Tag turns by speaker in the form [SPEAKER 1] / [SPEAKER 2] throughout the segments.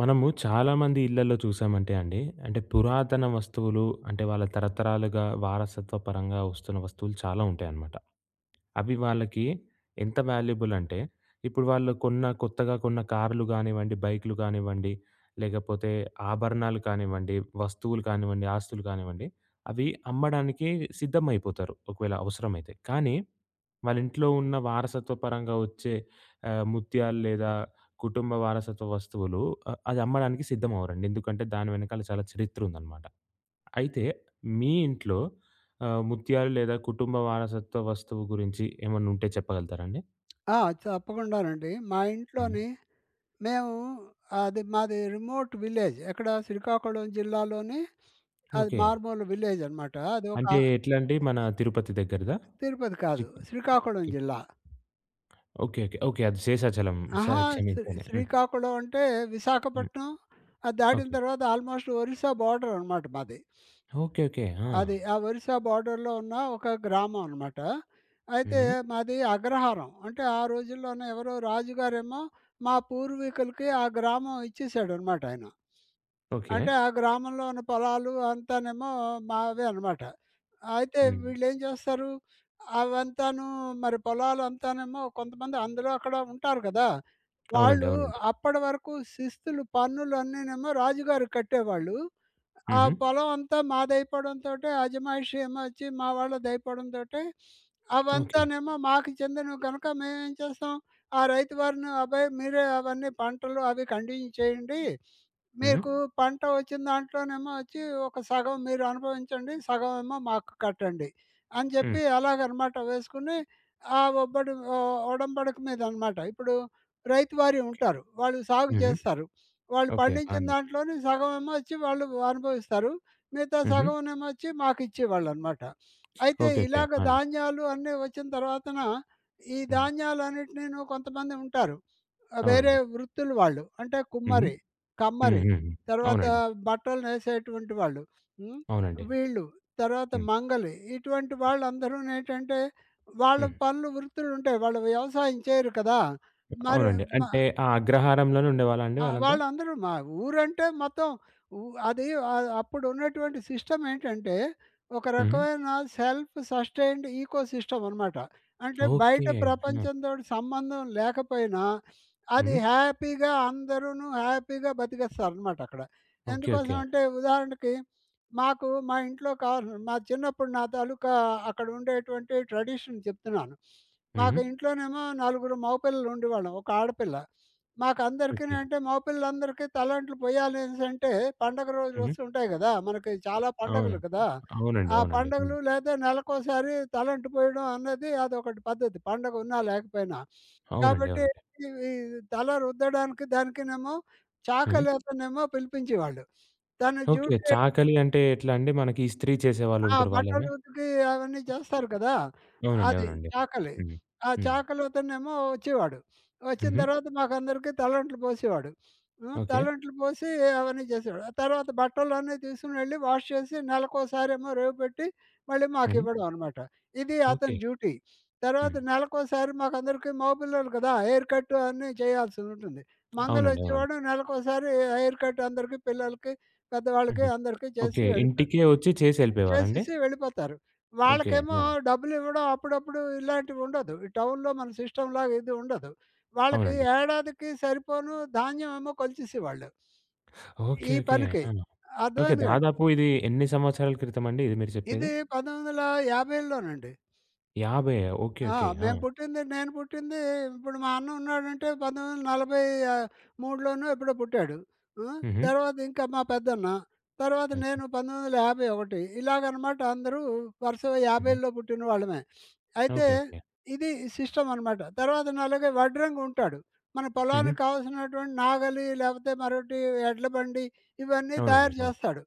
[SPEAKER 1] మనము చాలామంది ఇళ్లలో చూసామంటే అండి, అంటే పురాతన వస్తువులు అంటే వాళ్ళ తరతరాలుగా వారసత్వ పరంగా వస్తున్న వస్తువులు చాలా ఉంటాయన్నమాట. అవి వాళ్ళకి ఎంత వాల్యుబుల్ అంటే, ఇప్పుడు వాళ్ళు కొత్తగా కొన్న కార్లు కానివ్వండి, బైక్‌లు కానివ్వండి, లేకపోతే ఆభరణాలు కానివ్వండి, వస్తువులు కానివ్వండి, ఆస్తులు కానివ్వండి, అవి అమ్మడానికి సిద్ధమైపోతారు ఒకవేళ అవసరమైతే. కానీ వాళ్ళ ఇంట్లో ఉన్న వారసత్వ పరంగా వచ్చే ముత్యాలు లేదా కుటుంబ వారసత్వ వస్తువులు అది అమ్మడానికి సిద్ధమవ్వరండి. ఎందుకంటే దాని వెనకాల చాలా చరిత్ర ఉందనమాట. అయితే మీ ఇంట్లో ముత్యాలు లేదా కుటుంబ వారసత్వ వస్తువు గురించి ఏమన్నా ఉంటే చెప్పగలుగుతారా అండి?
[SPEAKER 2] ఆ! తప్పకుండానండి. మా
[SPEAKER 1] హ్మ్.
[SPEAKER 2] ఇంట్లోని మేము అది మాది రిమోట్ విలేజ్. ఎక్కడ శ్రీకాకుళం జిల్లాలోని అది
[SPEAKER 1] ఓకే.
[SPEAKER 2] మారుమూల విలేజ్ అనమాట. అది ఒక
[SPEAKER 1] అంటే ఎట్లా అండి మన తిరుపతి దగ్గరదా?
[SPEAKER 2] తిరుపతి కాదు,
[SPEAKER 1] చికెన్.
[SPEAKER 2] శ్రీకాకుళం
[SPEAKER 1] ఓకే.
[SPEAKER 2] జిల్లా.
[SPEAKER 1] ఓకే. ఓకే. ఓకే. అది శేషాచలం. స
[SPEAKER 2] అహా! శ్రీ
[SPEAKER 1] క్షమించాలి. హ్మ్.
[SPEAKER 2] శ్రీకాకుళం అంటే
[SPEAKER 1] హ్మ్.
[SPEAKER 2] విశాఖపట్నం అది దాటిన
[SPEAKER 1] ఓకే.
[SPEAKER 2] తర్వాత ఆల్మోస్ట్ ఒరిస్సా బోర్డర్ అనమాట మాది.
[SPEAKER 1] ఓకే. ఓకే. ఆ!
[SPEAKER 2] అది ఆ ఒరిస్సా బోర్డర్‌లో ఉన్న ఒక గ్రామం అనమాట. అయితే
[SPEAKER 1] హుహు.
[SPEAKER 2] మాది అగ్రహారం. అంటే ఆ రోజుల్లోనే ఎవరో రాజుగారేమో మా పూర్వీకులకి ఆ గ్రామం ఇచ్చేసాడనమాట ఆయన.
[SPEAKER 1] ఓకే.
[SPEAKER 2] అంటే ఆ గ్రామంలో ఉన్న పొలాలు అంతానేమో మావే అనమాట. అయితే
[SPEAKER 1] హ్మ్.
[SPEAKER 2] వీళ్ళేం చేస్తారు, అవంతాను మరి పొలాలంతానేమో కొంతమంది అందులో అక్కడ ఉంటారు కదా!
[SPEAKER 1] అవునండి.
[SPEAKER 2] వాళ్ళు
[SPEAKER 1] అవునండి.
[SPEAKER 2] అప్పటి వరకు శిస్తులు పన్నులన్నీనేమో రాజుగారికి కట్టేవాళ్ళు. ఆ
[SPEAKER 1] హుహు.
[SPEAKER 2] పొలం అంతా మాదైపోవడంతోటే, అజమాయిషి ఏమో వచ్చి మా వాళ్ళదైపోవడంతోటే,
[SPEAKER 1] ఓకే.
[SPEAKER 2] అవంతానేమో మాకు చెందినవి కనుక మేమేం చేస్తాం, ఆ రైతు వారిని "అబ్బాయి మీరే అవన్నీ పంటలు అవి కంటిన్యూ చేయండి.
[SPEAKER 1] హుహు.
[SPEAKER 2] మీకు పంట వచ్చిన దాంట్లోనేమో వచ్చి ఒక సగం మీరు అనుభవించండి. సగం ఏమో మాకు కట్టండి" అని
[SPEAKER 1] హ్మ్.
[SPEAKER 2] చెప్పి అలాగనమాట వేసుకుని, ఆ ఒబ్బడి ఒ ఒడంబడిక మీదనమాట. ఇప్పుడు రైతువారీ ఉంటారు. వాళ్ళు సాగు
[SPEAKER 1] హుహు.
[SPEAKER 2] చేస్తారు. వాళ్ళు
[SPEAKER 1] ఓకే. ఆ!
[SPEAKER 2] పండించిన
[SPEAKER 1] అండి.
[SPEAKER 2] దాంట్లోని సగం ఏమో వచ్చి వాళ్ళు అనుభవిస్తారు. మిగతా
[SPEAKER 1] హుహు.
[SPEAKER 2] సగం ఏమో వచ్చి మాకిచ్చేవాళ్ళనమాట. అయితే
[SPEAKER 1] ఓకే. ఓకే. ఆ!
[SPEAKER 2] ఇలాగ
[SPEAKER 1] అండి.
[SPEAKER 2] ధాన్యాలు అన్నీ వచ్చిన తర్వాతన, ఈ
[SPEAKER 1] హ్మ్.
[SPEAKER 2] ధాన్యాలన్నిటినీను కొంతమంది ఉంటారు. ఆ వేరే
[SPEAKER 1] అవునండి.
[SPEAKER 2] వృత్తులు వాళ్ళు. అంటే
[SPEAKER 1] హుహు.
[SPEAKER 2] కుమ్మరి,
[SPEAKER 1] హ్మ్.
[SPEAKER 2] కమ్మరి,
[SPEAKER 1] హ్మ్. హ్మ్.
[SPEAKER 2] తర్వాత
[SPEAKER 1] అవునండి.
[SPEAKER 2] బట్టలు నేసేటువంటి వాళ్ళు. హ్మ్.
[SPEAKER 1] అవునండి.
[SPEAKER 2] వీళ్ళు, తర్వాత
[SPEAKER 1] హ్మ్.
[SPEAKER 2] మంగలి ఇటువంటి వాళ్ళందరూనేంటంటే వాళ్ళ
[SPEAKER 1] హ్మ్.
[SPEAKER 2] పనులు వృత్తులుంటాయి. వాళ్ళు వ్యవసాయం చేయరు కదా! మరి
[SPEAKER 1] అవునండి.
[SPEAKER 2] మ
[SPEAKER 1] అంటే ఆ అగ్రహారంలోనే ఉండేవాళ్ళా అండి
[SPEAKER 2] ఆ!
[SPEAKER 1] వాళ్ళంతా?
[SPEAKER 2] వాళ్ళందరూ మా ఊరంటే మొత్తం ఊ అది అప్పుడు ఉన్నటువంటి సిస్టమ్ ఏంటంటే, ఒక
[SPEAKER 1] హుహు.
[SPEAKER 2] రకమైన సెల్ఫ్ సస్టైన్డ్ ఈకో సిస్టమ్ అనమాట. అంటే
[SPEAKER 1] ఓకే.
[SPEAKER 2] బయట
[SPEAKER 1] ఆ!
[SPEAKER 2] ప్రపంచంతోటి సంబంధం లేకపోయినా, అది
[SPEAKER 1] హుహు.
[SPEAKER 2] హ్యాపీగా అందరూను హ్యాపీగా బతికేస్తారనమాట అక్కడ.
[SPEAKER 1] ఓకే. ఓకే.
[SPEAKER 2] ఎందుకోసం అంటే ఉదాహరణకి, మాకు మా ఇంట్లో కావాల్సిన మా చిన్నప్పుడు నా తాలూకా అక్కడ ఉండేటువంటి ట్రెడిషన్ చెప్తున్నాను.
[SPEAKER 1] హుహు.
[SPEAKER 2] మాకు ఇంట్లోనేమో నలుగురు మగపిల్లలు ఉండేవాళ్ళం. ఒక ఆడపిల్ల. మాకందరికీ
[SPEAKER 1] ఓకే.
[SPEAKER 2] అంటే మగపిల్లలందరికీ తలంట్లు పొయ్యాలనేసంటే పండగ రోజులు
[SPEAKER 1] హుహు.
[SPEAKER 2] వస్తుంటాయి గదా! మనకి చాలా
[SPEAKER 1] అవును.
[SPEAKER 2] పండగలు కదా!
[SPEAKER 1] అవునండి.
[SPEAKER 2] ఆ
[SPEAKER 1] అవునండి. హ్మ్.
[SPEAKER 2] పండగలు లేదా నెలకోసారి తలంటు పోయడం అన్నది అదొకటి పద్ధతి. పండగ ఉన్నా లేకపోయినా.
[SPEAKER 1] అవునండి.
[SPEAKER 2] కాబట్టి
[SPEAKER 1] అవునండి.
[SPEAKER 2] ఇవి తల రుద్దడానికి దానికినేమో
[SPEAKER 1] హుహు.
[SPEAKER 2] చాకలేతనేమో పిలిపించేవాళ్ళు. తన
[SPEAKER 1] ఓకే.
[SPEAKER 2] డ్యూటీ
[SPEAKER 1] చాకలి అంటే ఎట్లా అండి? మనకి ఇస్త్రీ
[SPEAKER 2] ఆ!
[SPEAKER 1] చేసేవాళ్ళుంటారు వాళ్ళేనా?
[SPEAKER 2] బట్టలు ఉతికి అవన్నీ చేస్తారు కదా!
[SPEAKER 1] అవునండి.
[SPEAKER 2] అది
[SPEAKER 1] అవునండి.
[SPEAKER 2] చాకలి.
[SPEAKER 1] హ్మ్.
[SPEAKER 2] ఆ
[SPEAKER 1] హ్మ్.
[SPEAKER 2] చాకలితనేమో వచ్చేవాడు. వచ్చిన
[SPEAKER 1] హుహు.
[SPEAKER 2] తర్వాత మాకందరికీ తలంట్లు పోసేవాడు. హ్మ్.
[SPEAKER 1] ఓకే.
[SPEAKER 2] తలంట్లు పోసి అవన్నీ చేసేవాడు. ఆ తర్వాత బట్టలన్నీ తీసుకొని వెళ్లి వాష్ చేసి నెలకోసారేమో రేవుపెట్టి మళ్ళీ
[SPEAKER 1] హ్మ్.
[SPEAKER 2] మాకివ్వడం అనమాట. ఇది
[SPEAKER 1] ఓకే.
[SPEAKER 2] అతని డ్యూటీ. తర్వాత
[SPEAKER 1] హ్మ్.
[SPEAKER 2] నెలకోసారి మాకందరికీ మగపిల్లలు కదా! హెయిర్ కట్ అన్నీ చేయాల్సుంటుంది.
[SPEAKER 1] అవునండి. అవునండి.
[SPEAKER 2] మంగలొచ్చేవాడు నెలకోసారి హెయిర్ కట్ అందరికీ పిల్లలకి, పెద్దవాళ్ళకి
[SPEAKER 1] హుహు.
[SPEAKER 2] అందరికీ చేసి
[SPEAKER 1] ఓకే.
[SPEAKER 2] వెళ్ళిపోయేవాడు.
[SPEAKER 1] ఇంటికే వచ్చి చేసి ఎళ్ళిపోయేవారండి?
[SPEAKER 2] చేసేసి వెళ్ళిపోతారు.
[SPEAKER 1] ఓకే.
[SPEAKER 2] వాళ్ళకేమో
[SPEAKER 1] ఆ!
[SPEAKER 2] డబ్బులివ్వడం అప్పుడప్పుడు ఇలాంటివుండదు. ఈ టౌన్‌లో మన సిస్టమ్‌లాగా ఇది ఉండదు. వాళ్ళకి
[SPEAKER 1] అవునండి.
[SPEAKER 2] ఏడాదికి సరిపోను ధాన్యం ఏమో కొలిచేసేవాళ్ళు
[SPEAKER 1] ఓకే.
[SPEAKER 2] ఈ
[SPEAKER 1] ఓకే.
[SPEAKER 2] పనికి.
[SPEAKER 1] ఆ! ఓకే.
[SPEAKER 2] అర్థమైంది కాండి.
[SPEAKER 1] దాదాపు ఇది ఎన్ని సంవత్సరాల క్రితమండి ఇది మీరు చెప్పేది?
[SPEAKER 2] ఇది 1950లోనండి.
[SPEAKER 1] 50. ఓకే.
[SPEAKER 2] ఆ!
[SPEAKER 1] ఓకే. ఆ!
[SPEAKER 2] మేము పుట్టింది నేను పుట్టింది ఇప్పుడు మా అన్న ఉన్నాడంటే 1943లోనో ఎప్పుడో పుట్టాడు. హ్మ్.
[SPEAKER 1] హుహు.
[SPEAKER 2] తర్వాత ఇంకా మా పెద్దన్న. తర్వాత
[SPEAKER 1] ఓకే.
[SPEAKER 2] నేను 1951 ఇలాగనమాట అందరూ వరుసగా
[SPEAKER 1] హుహు.
[SPEAKER 2] 50లో పుట్టిన వాళ్ళమే. అయితే
[SPEAKER 1] ఓకే. ఓకే.
[SPEAKER 2] ఇది సిస్టమ్ అనమాట. తర్వాతను అలాగే వడ్రంగి ఉంటాడు. మన
[SPEAKER 1] హుహు.
[SPEAKER 2] పొలానికి కావాల్సినటువంటి నాగలి, లేకపోతే మరొకటి ఎడ్ల బండి ఇవన్నీ
[SPEAKER 1] అవునండి.
[SPEAKER 2] తయారు
[SPEAKER 1] అవును.
[SPEAKER 2] చేస్తాడు.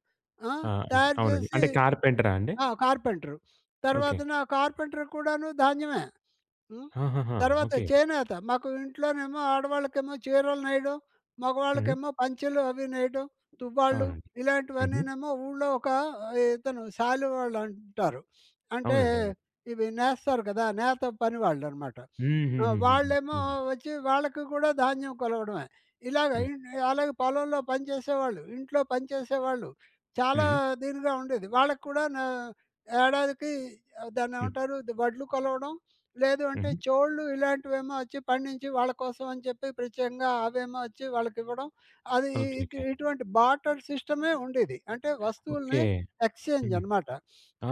[SPEAKER 2] ఆ!
[SPEAKER 1] ఆ! అంటే
[SPEAKER 2] తయారు
[SPEAKER 1] అవునండి.
[SPEAKER 2] చేసి
[SPEAKER 1] అంటే కార్పెంటరా అండి?
[SPEAKER 2] ఆ! కార్పెంటరు.
[SPEAKER 1] ఓకే.
[SPEAKER 2] తర్వాతన ఆ కార్పెంటర్‌కి కూడాను ధాన్యమే. హ్మ్.
[SPEAKER 1] ఆహాహా!
[SPEAKER 2] తర్వాత
[SPEAKER 1] ఓకే.
[SPEAKER 2] చేనేత. మాకు ఇంట్లోనేమో ఆడవాళ్ళకేమో చీరలు నేయడం,
[SPEAKER 1] హుహు.
[SPEAKER 2] మగవాళ్ళకేమో పంచెలు అవి నేయడం, తువ్వాళ్ళు
[SPEAKER 1] అవునండి. హుహు.
[SPEAKER 2] ఇలాంటివన్నీనేమో ఊళ్ళో ఒక ఇతను శాలువాళ్ళు అంటారు. అంటే
[SPEAKER 1] అవునండి. అవునండి.
[SPEAKER 2] ఇవి నేస్తారు కదా! నేత పనివాళ్ళనమాట. ఆ!
[SPEAKER 1] హుహుహుహుహు.
[SPEAKER 2] వాళ్ళేమో
[SPEAKER 1] హ్మ్.
[SPEAKER 2] వచ్చి వాళ్ళకి కూడా ధాన్యం కొలవడమే. ఇలాగ
[SPEAKER 1] హ్మ్.
[SPEAKER 2] ఇన్ అలాగే పొలంలో పనిచేసేవాళ్ళు, ఇంట్లో పనిచేసేవాళ్ళు చాలా
[SPEAKER 1] హుహు.
[SPEAKER 2] దీనిగా ఉండేది. వాళ్ళకి కూడా నా ఏడాదికి
[SPEAKER 1] హ్మ్.
[SPEAKER 2] దాన్నేమంటారు? వడ్లు కొలవడం లేదు అంటే
[SPEAKER 1] హుహు.
[SPEAKER 2] చోళ్ళు ఇలాంటివేమో వచ్చి పండించి వాళ్ళ కోసం అని చెప్పి ప్రత్యేకంగా అవేమో వచ్చి వాళ్ళకివ్వడం. అది ఇ
[SPEAKER 1] ఓకే.
[SPEAKER 2] ఇది
[SPEAKER 1] ఓకే.
[SPEAKER 2] ఇటువంటి బార్టర్ సిస్టమే ఉండేది. అంటే
[SPEAKER 1] ఓకే.
[SPEAKER 2] వస్తువుల్ని ఎక్స్‌చేంజ్
[SPEAKER 1] హ్మ్.
[SPEAKER 2] అనమాట.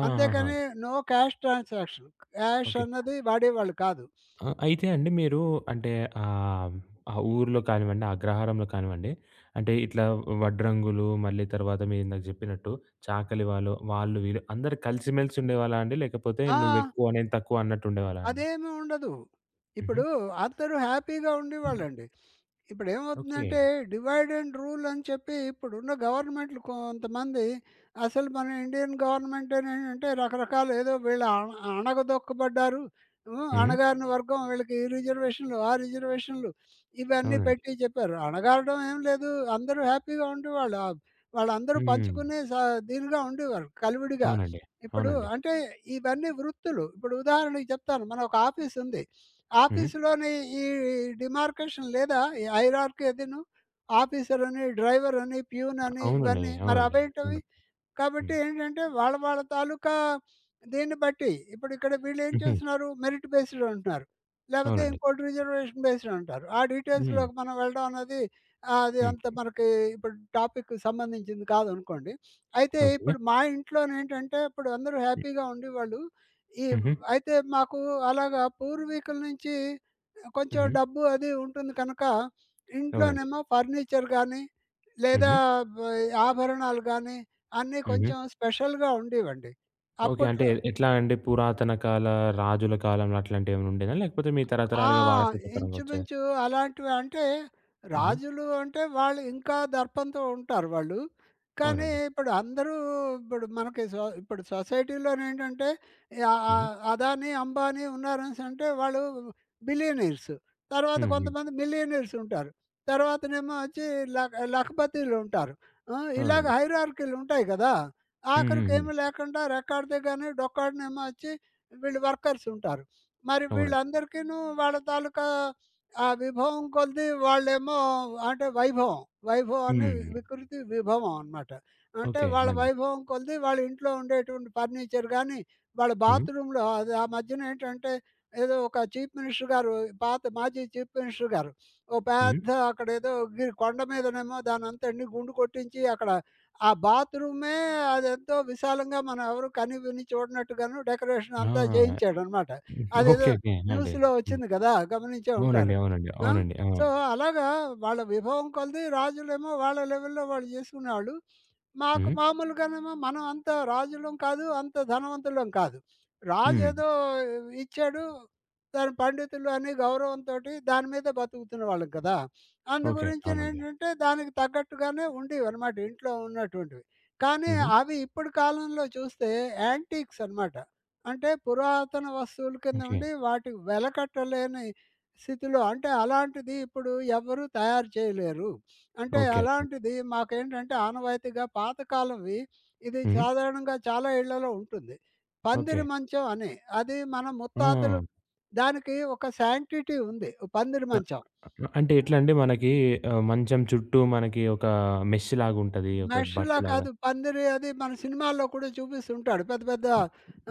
[SPEAKER 1] ఆహాహా!
[SPEAKER 2] అంతేకాని no cash transaction. Cash
[SPEAKER 1] okay.
[SPEAKER 2] అన్నది వాడేవాళ్ళు కాదు.
[SPEAKER 1] ఆ! అయితే అండి మీరు అంటే ఆహ్, ఆ ఊర్లో కానివ్వండి, అగ్రహారంలో కానివ్వండి, అంటే ఇట్లా వడ్రంగులు, మళ్ళీ తర్వాత మీరిందాక జెప్పినట్టు చాకలి వాళ్ళు, వీళ్ళు అందరూ కలిసిమెలిసి ఉండేవాళ్ళా అండి? లేకపోతే
[SPEAKER 2] ఆ!
[SPEAKER 1] నువ్వెక్కువ నేను తక్కువ అన్నట్టు ఉండేవాళ్ళా అండి?
[SPEAKER 2] అదేమి ఉండదు.
[SPEAKER 1] హుహు.
[SPEAKER 2] ఇప్పుడు అందరూ హ్యాపీగా ఉండేవాళ్ళండి.
[SPEAKER 1] ఓకే.
[SPEAKER 2] ఇప్పుడేమవుతుందంటే డివైడ్ అండ్ రూల్ అని చెప్పి ఇప్పుడున్న గవర్నమెంట్లు కొంతమంది అసలు మన ఇండియన్ గవర్నమెంట్ ఏంటంటే రకరకాల ఏదో వీళ్ళు అణ అణగదొక్కబడ్డారు,
[SPEAKER 1] హ్మ్.
[SPEAKER 2] అణగారిన వర్గం వీళ్ళకి ఈ రిజర్వేషన్లు ఆ రిజర్వేషన్లు ఇవన్నీ
[SPEAKER 1] అవునండి.
[SPEAKER 2] పెట్టి చెప్పారు. అణగారడం ఏం లేదు, అందరూ హ్యాపీగా ఉండేవాళ్ళు. వాళ్ళందరూ
[SPEAKER 1] హ్మ్.
[SPEAKER 2] దీనిగా ఉండేవారు కలివిడిగా.
[SPEAKER 1] అవునండి.
[SPEAKER 2] ఇప్పుడు
[SPEAKER 1] అవునండి.
[SPEAKER 2] అంటే ఇవన్నీ వృత్తులు. ఇప్పుడు ఉదాహరణకి చెప్తాను, మన ఒక ఆఫీస్ ఉంది.
[SPEAKER 1] హ్మ్.
[SPEAKER 2] ఆఫీస్‌లోని ఈ డిమార్కేషన్ లేదా? ఈ హైరార్కీ అదీను. ఆఫీసర్ అని, డ్రైవర్ అని, ప్యూన్ అని
[SPEAKER 1] అవునండి.
[SPEAKER 2] ఇవన్నీ మరి
[SPEAKER 1] అవునండి.
[SPEAKER 2] అవేంటవి?
[SPEAKER 1] హ్మ్.
[SPEAKER 2] కాబట్టి
[SPEAKER 1] హ్మ్.
[SPEAKER 2] ఏంటంటే వాళ్ళ వాళ్ళ తాలూకా దీన్ని బట్టి ఇప్పుడు ఇక్కడ వీళ్ళేం
[SPEAKER 1] హుహు.
[SPEAKER 2] చేస్తున్నారు మెరిట్ బేస్డ్ అంటున్నారు. లేకపోతే
[SPEAKER 1] అవునండి.
[SPEAKER 2] ఇంకోటి రిజర్వేషన్ బేస్డ్ అంటారు. ఆ
[SPEAKER 1] హ్మ్.
[SPEAKER 2] డీటెయిల్స్‌లోకి మనం వెళ్ళడం అన్నది అది
[SPEAKER 1] హ్మ్.
[SPEAKER 2] అంత మనకి ఇప్పుడు టాపిక్‌కి సంబంధించింది కాదనుకోండి. అయితే
[SPEAKER 1] ఓకే.
[SPEAKER 2] ఇప్పుడు మా ఇంట్లోనేంటంటే ఇప్పుడు అందరూ
[SPEAKER 1] హ్మ్.
[SPEAKER 2] హ్యాపీగా ఉండేవాళ్ళు. ఈ
[SPEAKER 1] హుహు.
[SPEAKER 2] అయితే మాకు అలాగా పూర్వీకుల నుంచి కొంచెం
[SPEAKER 1] హుహు.
[SPEAKER 2] డబ్బు అది ఉంటుంది కనుక
[SPEAKER 1] అవునండి.
[SPEAKER 2] ఇంట్లోనేమో ఫర్నిచర్ గానీ, లేదా
[SPEAKER 1] హుహు.
[SPEAKER 2] బ్ ఆభరణాలు గానీ అన్నీ
[SPEAKER 1] హుహు.
[SPEAKER 2] కొంచెం స్పెషల్‌గా ఉండేవండి.
[SPEAKER 1] ఓకే. అంటే
[SPEAKER 2] అప్పట్లో
[SPEAKER 1] ఎట్లా అండి? పురాతన కాల రాజుల కాలంలో అట్లాంటివేమైనా ఉండేదా? లేకపోతే మీ
[SPEAKER 2] ఆ!
[SPEAKER 1] తరతరాలుగా వారసత్వ పరంగా వచ్చేదా?
[SPEAKER 2] ఇంచుమించు అలాంటివి అంటే
[SPEAKER 1] హుహు.
[SPEAKER 2] రాజులు అంటే వాళ్ళు ఇంకా దర్పంతో ఉంటారు వాళ్ళు. కానీ
[SPEAKER 1] అవునండి.
[SPEAKER 2] ఇప్పుడు అందరూ ఇప్పుడు మనకి సో ఇప్పుడు సొసైటీలోనేంటంటే ఆహ్,
[SPEAKER 1] హ్మ్.
[SPEAKER 2] ఆహ్, అదానీ, అంబానీ ఉన్నారనేసంటే వాళ్ళు బిలియనీర్స్. తర్వాత
[SPEAKER 1] హ్మ్. హ్మ్.
[SPEAKER 2] కొంతమంది మిలియనీర్స్ ఉంటారు. తర్వాతనేమో వచ్చి లఖపతీలు ఉంటారు. ఆ! ఇలాగ
[SPEAKER 1] అవునండి.
[SPEAKER 2] హైరార్కీలు ఉంటాయి కదా!
[SPEAKER 1] హ్మ్. హ్మ్. హ్మ్.
[SPEAKER 2] ఆఖరికేమీ లేకుండా రెక్కాడితే గాని డొక్కాడనేమో వచ్చి వీళ్ళు వర్కర్స్ ఉంటారు. మరి
[SPEAKER 1] అవునండి.
[SPEAKER 2] వీళ్ళందరికీను వాళ్ళ తాలూకా ఆ విభవం కొలిది వాళ్ళేమో అంటే వైభవాన్ని
[SPEAKER 1] హ్మ్.
[SPEAKER 2] వికృతి విభవం అనమాట. అంటే
[SPEAKER 1] ఓకే.
[SPEAKER 2] వాళ్ళ
[SPEAKER 1] అండి.
[SPEAKER 2] వైభవం కొలిది వాళ్ళ ఇంట్లో ఉండేటువంటి ఫర్నిచర్ గానీ, వాళ్ళ
[SPEAKER 1] హ్మ్.
[SPEAKER 2] బాత్రూమ్‌లో అది ఆ మధ్యన ఏంటంటే ఏదో ఒక చీఫ్ మినిస్టర్ గారు, పాత మాజీ చీఫ్ మినిస్టర్ గారు, ఓ
[SPEAKER 1] హ్మ్.
[SPEAKER 2] పెద్ద అక్కడేదో గిరి కొండ మీదనేమో దానంతటిని గుండు కొట్టించి అక్కడ ఆ బాత్రూమే అదెంతో విశాలంగా మనం ఎవరు కని విని చూడనట్టుగాను డెకరేషన్ అంతా
[SPEAKER 1] ఆ!
[SPEAKER 2] చేయించాడనమాట. అదేదో
[SPEAKER 1] ఓకే. ఓకే. అండి.
[SPEAKER 2] న్యూస్‌లో
[SPEAKER 1] హ్మ్.
[SPEAKER 2] వచ్చింది కదా! గమనించే
[SPEAKER 1] అవునండి.
[SPEAKER 2] ఉంటారు.
[SPEAKER 1] అవునండి.
[SPEAKER 2] ఆ!
[SPEAKER 1] అవునండి. ఆ!
[SPEAKER 2] సో, అలాగా వాళ్ళ విభవం కొలది రాజులేమో వాళ్ళ లెవెల్‌లో వాళ్ళు చేసుకునేవాళ్ళు. మాకు
[SPEAKER 1] హ్మ్.
[SPEAKER 2] మామూలుగానేమో మనం అంత రాజులం కాదు, అంత ధనవంతులం కాదు. రాజు
[SPEAKER 1] హ్మ్.
[SPEAKER 2] ఏదో ఇచ్చాడు. దాని పండితులు అని గౌరవంతోటి దాని మీద బతుకుతున్న వాళ్ళం కదా! అందు
[SPEAKER 1] ఓకే. అవునండి.
[SPEAKER 2] గురించినేంటంటే దానికి తగ్గట్టుగానే ఉండేవన్నమాట ఇంట్లో ఉన్నటువంటివి. కానీ
[SPEAKER 1] హుహు.
[SPEAKER 2] అవి ఇప్పుడు కాలంలో చూస్తే యాంటీక్స్ అన్నమాట. అంటే పురాతన వస్తువుల కింద
[SPEAKER 1] ఓకే.
[SPEAKER 2] ఉండి వాటికి వెలకట్టలేని స్థితిలో అంటే అలాంటిది ఇప్పుడు ఎవరు తయారు చేయలేరు. అంటే
[SPEAKER 1] ఓకే.
[SPEAKER 2] అలాంటిది మాకేంటంటే ఆనవాయితీగా పాతకాలంవి. ఇది
[SPEAKER 1] హ్మ్.
[SPEAKER 2] సాధారణంగా చాలా ఇళ్ళలో ఉంటుంది.
[SPEAKER 1] ఓకే.
[SPEAKER 2] పందిరి మంచం అని, అది మన
[SPEAKER 1] ఆ!
[SPEAKER 2] ముత్తాతలు, దానికి ఒక శాంక్టిటీ ఉంది. ఓ పందిరి
[SPEAKER 1] అ
[SPEAKER 2] మంచం.
[SPEAKER 1] అంటే ఎట్లండి మనకి మంచం చుట్టూ మనకి ఒక మెష్‌లాగుంటది. ఒక
[SPEAKER 2] మెష్‌లా
[SPEAKER 1] బట్టలాగా.
[SPEAKER 2] కాదు. పందిరి అది మన సినిమాల్లో కూడా చూపిస్తుంటాడు. పెద్ద పెద్ద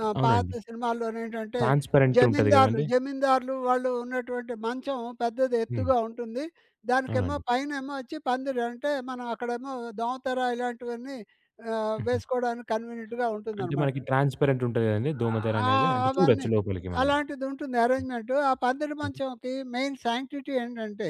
[SPEAKER 2] పాత
[SPEAKER 1] అవునండి.
[SPEAKER 2] సినిమాల్లోనేంటంటే
[SPEAKER 1] ట్రాన్స్‌పరెంట్ ఉంటది
[SPEAKER 2] జమీందార్లు,
[SPEAKER 1] గదండీ!
[SPEAKER 2] జమీందార్లు వాళ్ళు ఉన్నటువంటి మంచం పెద్దది
[SPEAKER 1] హ్మ్.
[SPEAKER 2] ఎత్తుగా ఉంటుంది. దానికేమో
[SPEAKER 1] అవునండి.
[SPEAKER 2] పైనేమో వచ్చి పందిరి అంటే మనం అక్కడేమో దోమతెర ఇలాంటివన్నీ
[SPEAKER 1] హుహు.
[SPEAKER 2] వేసుకోవడానికి కన్వీనియంట్‌గా
[SPEAKER 1] అంటే
[SPEAKER 2] ఉంటుందనమాట.
[SPEAKER 1] మనకి ట్రాన్స్‌పరెంట్ ఉంటది గదండీ! దోమతెర
[SPEAKER 2] ఆ!
[SPEAKER 1] అనేది. అంటే చూడొచ్చు
[SPEAKER 2] అవన్నీ.
[SPEAKER 1] లోపలికి మనం.
[SPEAKER 2] అలాంటిది ఉంటుంది
[SPEAKER 1] హ్మ్.
[SPEAKER 2] అరేంజ్‌మెంటు. ఆ పందిరి
[SPEAKER 1] హుహు.
[SPEAKER 2] మంచంకి మెయిన్ శాంక్టిటీ ఏంటంటే,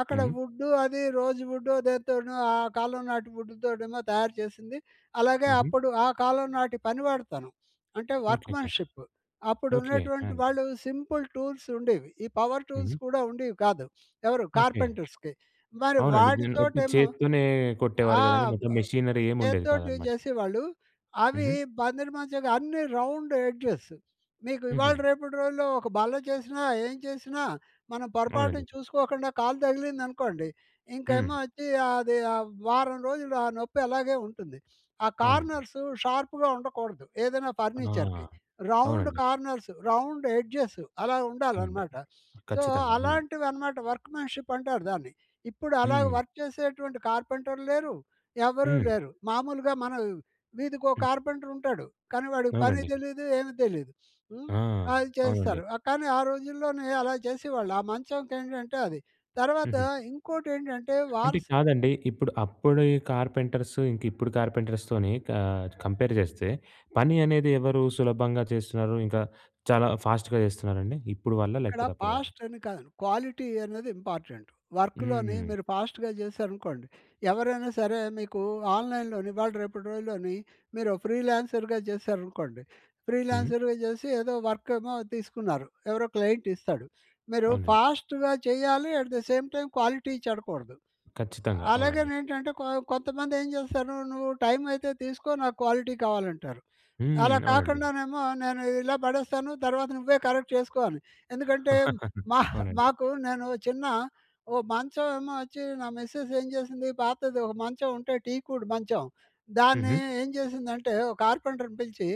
[SPEAKER 2] అక్కడ
[SPEAKER 1] హ్మ్.
[SPEAKER 2] వుడ్డు అది రోజ్ వుడ్డో దేనితోనో ఆ కాలం నాటి వుడ్‌తోనేమో తయారు చేసింది. అలాగే
[SPEAKER 1] హుహు.
[SPEAKER 2] అప్పుడు ఆ కాలం నాటి పనివాడితనం అంటే
[SPEAKER 1] ఓకే. ఓకే.
[SPEAKER 2] వర్క్‌మెన్‌షిప్. అప్పుడు
[SPEAKER 1] ఓకే. ఆ!
[SPEAKER 2] ఉన్నటువంటి
[SPEAKER 1] అండి.
[SPEAKER 2] వాళ్ళు సింపుల్ టూల్స్ ఉండేవి. ఈ పవర్ టూల్స్
[SPEAKER 1] హుహు.
[SPEAKER 2] కూడా ఉండేవి కాదు. ఎవరు?
[SPEAKER 1] ఓకే.
[SPEAKER 2] కార్పెంటర్స్‌కి. మరి
[SPEAKER 1] అవునండి. దీన్ని ఒట్టి
[SPEAKER 2] వాటితోటేమో
[SPEAKER 1] చేత్తోనే
[SPEAKER 2] ఆ!
[SPEAKER 1] కొట్టేవారు గదండీ!
[SPEAKER 2] బ
[SPEAKER 1] మొత్తం మెషినరీ ఏమి ఉండేది
[SPEAKER 2] చేత్తోటి
[SPEAKER 1] కాదనమాట.
[SPEAKER 2] చేసేవాళ్ళు. అవి
[SPEAKER 1] హుహు.
[SPEAKER 2] బందరు మధ్యగా అన్ని రౌండ్ ఎడ్జెస్. మీకు
[SPEAKER 1] హుహు.
[SPEAKER 2] ఇవాళ రేపటి రోజుల్లో ఒక బల్ల చేసినా, ఏం చేసినా మనం పొరపాటున
[SPEAKER 1] అవునండి.
[SPEAKER 2] చూసుకోకుండా కాలు తగిలిందనుకోండి,
[SPEAKER 1] హ్మ్.
[SPEAKER 2] ఇంకేమో వచ్చి అది వారం రోజులు ఆ నొప్పి అలాగే ఉంటుంది. ఆ
[SPEAKER 1] అవునండి.
[SPEAKER 2] కార్నర్స్ షార్ప్‌గా ఉండకూడదు. ఏదైనా
[SPEAKER 1] ఆ!
[SPEAKER 2] ఫర్నిచర్‌కి. రౌండ్
[SPEAKER 1] అవునండి.
[SPEAKER 2] కార్నర్స్, రౌండ్ ఎడ్జెస్ అలా
[SPEAKER 1] అవును.
[SPEAKER 2] ఉండాలనమాట. సో,
[SPEAKER 1] ఖచ్చితంగా. అవునండి.
[SPEAKER 2] అలాంటివనమాట వర్క్‌మెన్‌షిప్ అంటారు దాన్ని. ఇప్పుడు అలా
[SPEAKER 1] హ్మ్.
[SPEAKER 2] వర్క్ చేసేటువంటి కార్పెంటర్లు లేరు. ఎవరు
[SPEAKER 1] హ్మ్.
[SPEAKER 2] లేరు. మామూలుగా మనం వీధికో
[SPEAKER 1] హ్మ్.
[SPEAKER 2] కార్పెంటర్ ఉంటాడు. కానీ వాడికి పని
[SPEAKER 1] అవునండి.
[SPEAKER 2] తెలీదు, ఏమి తెలీదు. హ్మ్.
[SPEAKER 1] ఆ!
[SPEAKER 2] అది
[SPEAKER 1] అవునండి.
[SPEAKER 2] చేస్తారు. కానీ ఆ రోజుల్లోనే అలా చేసేవాళ్ళు. ఆ మంచంకేంటంటే అది. తర్వాత
[SPEAKER 1] హుహు.
[SPEAKER 2] ఇంకోటేంటంటే
[SPEAKER 1] అంటే
[SPEAKER 2] వార్స్
[SPEAKER 1] కాదండి. ఇప్పుడు అప్పుడి కార్పెంటర్స్, ఇంక ఇప్పుడు కార్పెంటర్స్‌తోని కంపేర్ చేస్తే పని అనేది ఎవరు సులభంగా చేస్తున్నారు? ఇంకా చాలా ఫాస్ట్‌గా చేస్తున్నారండి? ఇప్పుడు వాళ్ళా?
[SPEAKER 2] ఇక్కడ
[SPEAKER 1] లేకపోతే అప్పుడు వాళ్ళా?
[SPEAKER 2] ఫాస్ట్ అని కాదండి. క్వాలిటీ అనేది ఇంపార్టెంట్. వర్క్‌లోని
[SPEAKER 1] హ్మ్.
[SPEAKER 2] మీరు ఫాస్ట్‌గా చేశారనుకోండి, ఎవరైనా సరే మీకు ఆన్‌లైన్‌లోని ఇవాళ రేపటి రోజుల్లోని మీరు ఫ్రీలాన్సర్‌గా చేశారనుకోండి,
[SPEAKER 1] హ్మ్.
[SPEAKER 2] ఫ్రీలాన్సర్‌గా చేసి ఏదో వర్క్ ఏమో తీసుకున్నారు. ఎవరో క్లయింట్ ఇస్తాడు. మీరు
[SPEAKER 1] అవునండి.
[SPEAKER 2] ఫాస్ట్‌గా చేయాలి. At the same time quality చెడకూడదు.
[SPEAKER 1] ఖచ్చితంగా. అవునండి.
[SPEAKER 2] అలాగనేంటంటే కొంతమంది ఏం చేస్తారు, "నువ్వు టైం అయితే తీసుకో నాకు క్వాలిటీ కావాలంటారు."
[SPEAKER 1] హ్మ్.
[SPEAKER 2] అలా
[SPEAKER 1] అవునండి.
[SPEAKER 2] కాకుండానేమో నేను ఇలా పడేస్తాను. తర్వాత నువ్వే కరెక్ట్ చేసుకో అని. ఎందుకంటే మా
[SPEAKER 1] అవునండి.
[SPEAKER 2] మాకు నేను చిన్న ఓ మంచం ఏమో వచ్చి నా మిసెస్ ఏం చేసింది పాతది ఒక మంచం ఉంటే టీకుడ్ మంచం. దాన్ని
[SPEAKER 1] హుహు.
[SPEAKER 2] ఏం చేసిందంటే ఒక కార్పెంటర్‌ని పిలిచి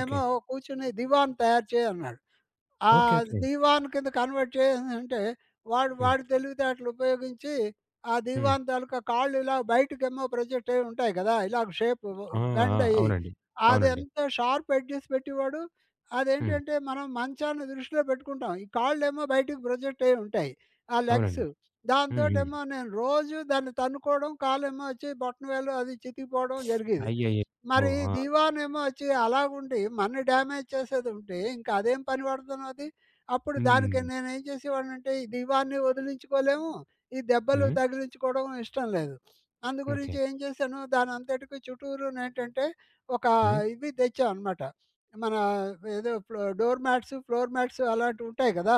[SPEAKER 1] ఓకే.
[SPEAKER 2] కూర్చొని దివాన్ తయారు చేయన్నాడు. ఆ
[SPEAKER 1] ఓకే. ఓకే.
[SPEAKER 2] దీవాన్ కింద కన్వర్ట్ చేసేసంటే, వాడు
[SPEAKER 1] హ్మ్.
[SPEAKER 2] వాడి తెలివితేటలు ఉపయోగించి, ఆ
[SPEAKER 1] హ్మ్.
[SPEAKER 2] దీవాన్ తాలూకా కాళ్ళు ఇలా బయటకేమో ప్రొజెక్ట్ అయ్యి ఉంటాయి కదా! ఇలాగ షేపు
[SPEAKER 1] ఆ! ఆ!
[SPEAKER 2] బెండ్ అయ్యి.
[SPEAKER 1] అవునండి. అవునండి.
[SPEAKER 2] అదెంత షార్ప్ ఎడ్జెస్ పెట్టేవాడు.
[SPEAKER 1] హ్మ్.
[SPEAKER 2] అదేంటంటే, మనం మంచాన్ని దృష్టిలో పెట్టుకుంటాం. ఈ కాళ్ళేమో బయటికి ప్రొజెక్ట్ అయ్యి ఉంటాయి. ఆ లెగ్స్.
[SPEAKER 1] అవునండి. హ్మ్. హ్మ్.
[SPEAKER 2] దాంతోటేమో నేను రోజూ దాన్ని తన్నుకోవడం, కాలేమో వచ్చి బొటనవేలు అది చితికిపోవడం జరిగేది.
[SPEAKER 1] అయ్యయ్యో! ఓ,
[SPEAKER 2] మరి
[SPEAKER 1] ఆ!
[SPEAKER 2] 'దివాన్' ఏమో వచ్చి అలాగుండి మనని డ్యామేజ్ చేసేదుంటే ఇంకా అదేం పని పడుతున్నది. అప్పుడు దానికి
[SPEAKER 1] హ్మ్.
[SPEAKER 2] నేనేం చేసేవాడినంటే ఈ 'దివాన్‌ని' వదిలించుకోలేము. ఈ దెబ్బలు
[SPEAKER 1] హ్మ్.
[SPEAKER 2] తగిలించుకోవడం ఇష్టం లేదు. అందు
[SPEAKER 1] ఓకే.
[SPEAKER 2] గురించి ఏం చేశాను దానంతటికి చుట్టూరునేంటంటే ఒక
[SPEAKER 1] హ్మ్.
[SPEAKER 2] ఇవి తెచ్చామనమాట. మన ఏదో డోర్ మ్యాట్స్, ఫ్లోర్ మ్యాట్స్ అలాంటివి ఉంటాయి కదా!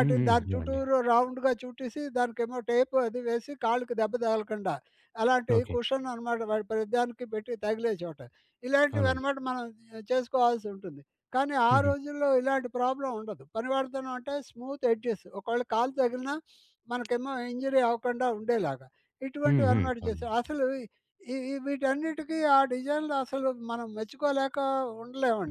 [SPEAKER 1] హ్మ్. హ్మ్.
[SPEAKER 2] దాని
[SPEAKER 1] అవునండి.
[SPEAKER 2] చుట్టూరు రౌండ్‌గా చుట్టేసి దానికేమో టేప్ అది వేసి కాళ్ళకి దెబ్బ తగలకుండా అలాంటి
[SPEAKER 1] ఓకే.
[SPEAKER 2] కుషన్ అనమాట వాడి ప్రతిదానికి పెట్టి తగిలే చోట. ఇలాంటివి
[SPEAKER 1] అవునండి.
[SPEAKER 2] అనమాట మనం చేసుకోవాల్సి ఉంటుంది. కానీ ఆ
[SPEAKER 1] హుహు.
[SPEAKER 2] రోజుల్లో ఇలాంటి ప్రాబ్లమ్ ఉండదు. పనివాడితోనే అంటే స్మూత్ ఎడ్జెస్ ఒకవేళ కాలు తగిలినా మనకేమో ఇంజురీ అవ్వకుండా ఉండేలాగా.
[SPEAKER 1] హ్మ్.
[SPEAKER 2] ఇటువంటివి
[SPEAKER 1] హ్మ్.
[SPEAKER 2] అనమాట
[SPEAKER 1] అవునండి.
[SPEAKER 2] చేశారు. అసలు ఈ ఈ వీటన్నిటికి ఆ డిజైన్‌లు అసలు మనం మెచ్చుకోలేక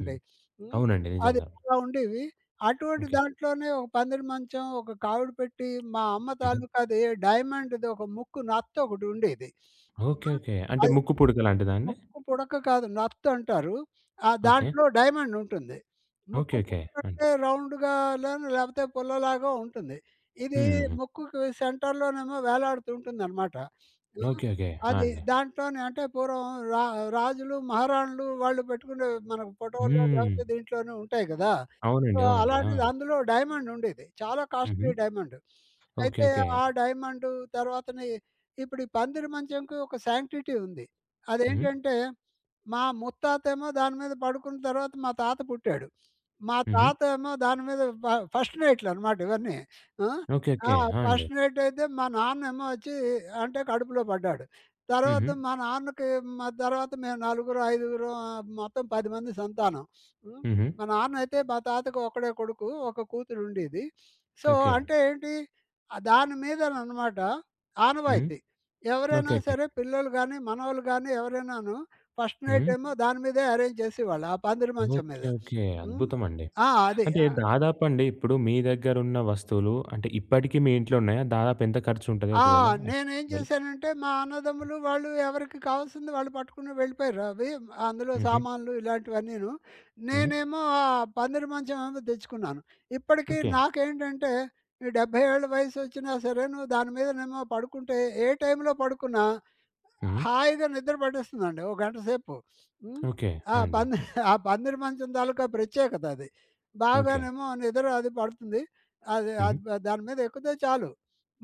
[SPEAKER 1] హ్మ్.
[SPEAKER 2] హ్మ్.
[SPEAKER 1] అవునండి.
[SPEAKER 2] అది
[SPEAKER 1] నిజంగా.
[SPEAKER 2] అలా ఉండేవి. అటువంటి
[SPEAKER 1] ఓకే.
[SPEAKER 2] దాంట్లోనే ఒక పందిరి మంచం, ఒక కావిడి పెట్టి, మా అమ్మ
[SPEAKER 1] హుహు.
[SPEAKER 2] తాలూకాది డైమండ్‌ది ఒక ముక్కు నత్త ఒకటి ఉండేది.
[SPEAKER 1] ఓకే.
[SPEAKER 2] ఆ!
[SPEAKER 1] ఓకే. అంటే
[SPEAKER 2] అది
[SPEAKER 1] ముక్కు పుడక లాంటిదా అండి?
[SPEAKER 2] ముక్కు పుడక కాదు, నత్ అంటారు. ఆ
[SPEAKER 1] ఓకే.
[SPEAKER 2] దాంట్లో డైమండ్ ఉంటుంది.
[SPEAKER 1] ఓకే.
[SPEAKER 2] ముక్కు
[SPEAKER 1] ఓకే.
[SPEAKER 2] పుడక
[SPEAKER 1] అండి.
[SPEAKER 2] అంటే రౌండ్‌గా లాను లేకపోతే పుల్లలాగా ఉంటుంది. ఇది
[SPEAKER 1] హ్మ్. హ్మ్. హ్మ్.
[SPEAKER 2] ముక్కుకి సెంటర్‌లోనేమో వేలాడుతుంటుందనమాట. హ్మ్.
[SPEAKER 1] ఓకే. ఓకే. ఆ!
[SPEAKER 2] అది
[SPEAKER 1] అండి.
[SPEAKER 2] దాంట్లోనే అంటే పూర్వం రా రాజులు, మహారాణులు వాళ్ళు పెట్టుకునే మనకు ఫోటోల్లో
[SPEAKER 1] హ్మ్.
[SPEAKER 2] లేకపోతే దీంట్లోనే ఉంటాయి కదా! సో,
[SPEAKER 1] అవునండి. అవునండి. ఆ!
[SPEAKER 2] అలాంటిది అందులో డైమండ్ ఉండేది. చాలా
[SPEAKER 1] హుహు.
[SPEAKER 2] Costly diamond.
[SPEAKER 1] ఓకే.
[SPEAKER 2] అయితే
[SPEAKER 1] ఓకే.
[SPEAKER 2] ఆ డైమండ్ తర్వాతని ఇప్పుడు ఈ పందిరి మంచంకి ఒక శాంక్టిటీ ఉంది.
[SPEAKER 1] హుహు.
[SPEAKER 2] అదేంటంటే, మా ముత్తాతేమో దాని మీద పడుకున్న తర్వాత మా తాత పుట్టాడు. మా
[SPEAKER 1] హుహు.
[SPEAKER 2] తాత ఏమో దాని మీద ఫస్ట్ నైట్‌లనమాట ఇవన్నీ. ఆ!
[SPEAKER 1] ఓకే.
[SPEAKER 2] ఆ!
[SPEAKER 1] ఓకే. ఆ! అండి.
[SPEAKER 2] ఫస్ట్ నైట్ అయితే మా నాన్నేమో వచ్చి అంటే కడుపులో పడ్డాడు.
[SPEAKER 1] హుహు.
[SPEAKER 2] తర్వాత మా నాన్నకి మా తర్వాత మేము నలుగురు, ఐదుగురం మొత్తం 10 మంది సంతానం. హ్మ్.
[SPEAKER 1] హుహు.
[SPEAKER 2] మా నాన్నయితే మా తాతకి ఒక్కడే కొడుకు. ఒక కూతురు ఉండేది. So,
[SPEAKER 1] okay.
[SPEAKER 2] అంటే ఏంటి దాని మీదననమాట
[SPEAKER 1] హ్మ్.
[SPEAKER 2] ఆనవాయితీ. ఎవరైనా
[SPEAKER 1] ఓకే. ఓకే.
[SPEAKER 2] సరే పిల్లలు గానీ, మనవళ్ళు గానీ ఎవరైనాను ఫస్ట్ నైట్
[SPEAKER 1] హ్మ్.
[SPEAKER 2] ఏమో దాని మీదే అరేంజ్ చేసేవాళ్ళు. ఆ పందిరి మంచం
[SPEAKER 1] ఓకే.
[SPEAKER 2] మీద.
[SPEAKER 1] ఓకే.
[SPEAKER 2] హ్మ్.
[SPEAKER 1] అద్భుతమండి.
[SPEAKER 2] ఆ! అది.
[SPEAKER 1] అంటే దాదాపండి ఇప్పుడు మీ దగ్గరున్న వస్తువులు అంటే ఇప్పటికి మీ ఇంట్లో ఉన్నాయా? దాదాపు ఎంత ఖర్చుంటది
[SPEAKER 2] ఆ!
[SPEAKER 1] ఒకవేళ?
[SPEAKER 2] నేనేం
[SPEAKER 1] ఒకవేళ.
[SPEAKER 2] చేశానంటే మా అన్నదమ్ములు వాళ్ళు ఎవరికి కావాల్సింది వాళ్ళు పట్టుకుని వెళ్ళిపోయారు అవి. అందులో
[SPEAKER 1] హుహు.
[SPEAKER 2] సామాన్లు ఇలాంటివన్నీను.
[SPEAKER 1] హుహు.
[SPEAKER 2] నేనేమో ఆ పందిరి మంచం ఏమో తెచ్చుకున్నాను. ఇప్పటికి
[SPEAKER 1] ఓకే.
[SPEAKER 2] నాకేంటంటే ఈ 70 ఏళ్ల వయసొచ్చినా సరేను దాని మీదనేమో పడుకుంటే ఏ టైంలో పడుకున్నా
[SPEAKER 1] హ్మ్.
[SPEAKER 2] హాయిగా నిద్ర పట్టేస్తుందండి. ఓ గంట సేపు. హ్మ్.
[SPEAKER 1] ఓకే.
[SPEAKER 2] ఆ!
[SPEAKER 1] ఆ! అండి.
[SPEAKER 2] ఆ పందిరి మంచం తాలూకా ప్రత్యేకత అది.
[SPEAKER 1] ఓకే.
[SPEAKER 2] బాగానేమో నిద్ర అది పడుతుంది. అది
[SPEAKER 1] హ్మ్.
[SPEAKER 2] అది ప- దాని మీద ఎక్కితే చాలు.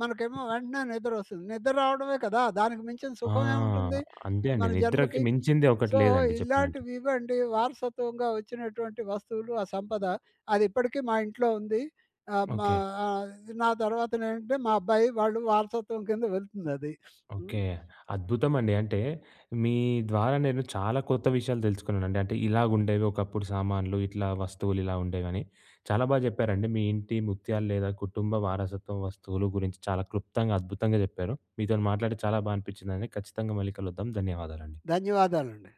[SPEAKER 2] మనకేమో వెంటనే నిద్రొస్తుంది. నిద్ర రావడమే కదా! దానికి మించిన
[SPEAKER 1] ఆ!
[SPEAKER 2] సుఖం ఏముంటుంది
[SPEAKER 1] అంతే అండి.
[SPEAKER 2] మన
[SPEAKER 1] నిద్రకి
[SPEAKER 2] జన్మకి?
[SPEAKER 1] మించింది ఒకటి
[SPEAKER 2] సో,
[SPEAKER 1] లేదండి చెప్పాలంటే.
[SPEAKER 2] ఇలాంటివి ఇవ్వండి వారసత్వంగా వచ్చినటువంటి వస్తువులు, ఆ సంపద అది ఇప్పటికీ మా ఇంట్లో ఉంది. ఆహ్, మా
[SPEAKER 1] ఓకే.
[SPEAKER 2] ఆహ్, నా తర్వాతనేంటంటే మా అబ్బాయి వాళ్ళు వారసత్వం కింద వెళ్తుందది. హ్మ్.
[SPEAKER 1] ఓకే. అద్భుతమండి. అంటే మీ ద్వారా నేను చాలా కొత్త విషయాలు తెలుసుకున్నానండి. అంటే ఇలాగుండేవి ఒకప్పుడు సామాన్లు, ఇట్లా వస్తువులు ఇలా ఉండేవని. చాలా బాగా చెప్పారండి. మీ ఇంటి ముత్యాలు లేదా కుటుంబ వారసత్వం వస్తువులు గురించి చాలా క్లుప్తంగా, అద్భుతంగా చెప్పారు. మీతోని మాట్లాడి చాలా అనిపించిందండి. ఖచ్చితంగా మళ్ళీ కలుద్దాం. ధన్యవాదాలండి.
[SPEAKER 2] ధన్యవాదాలండి.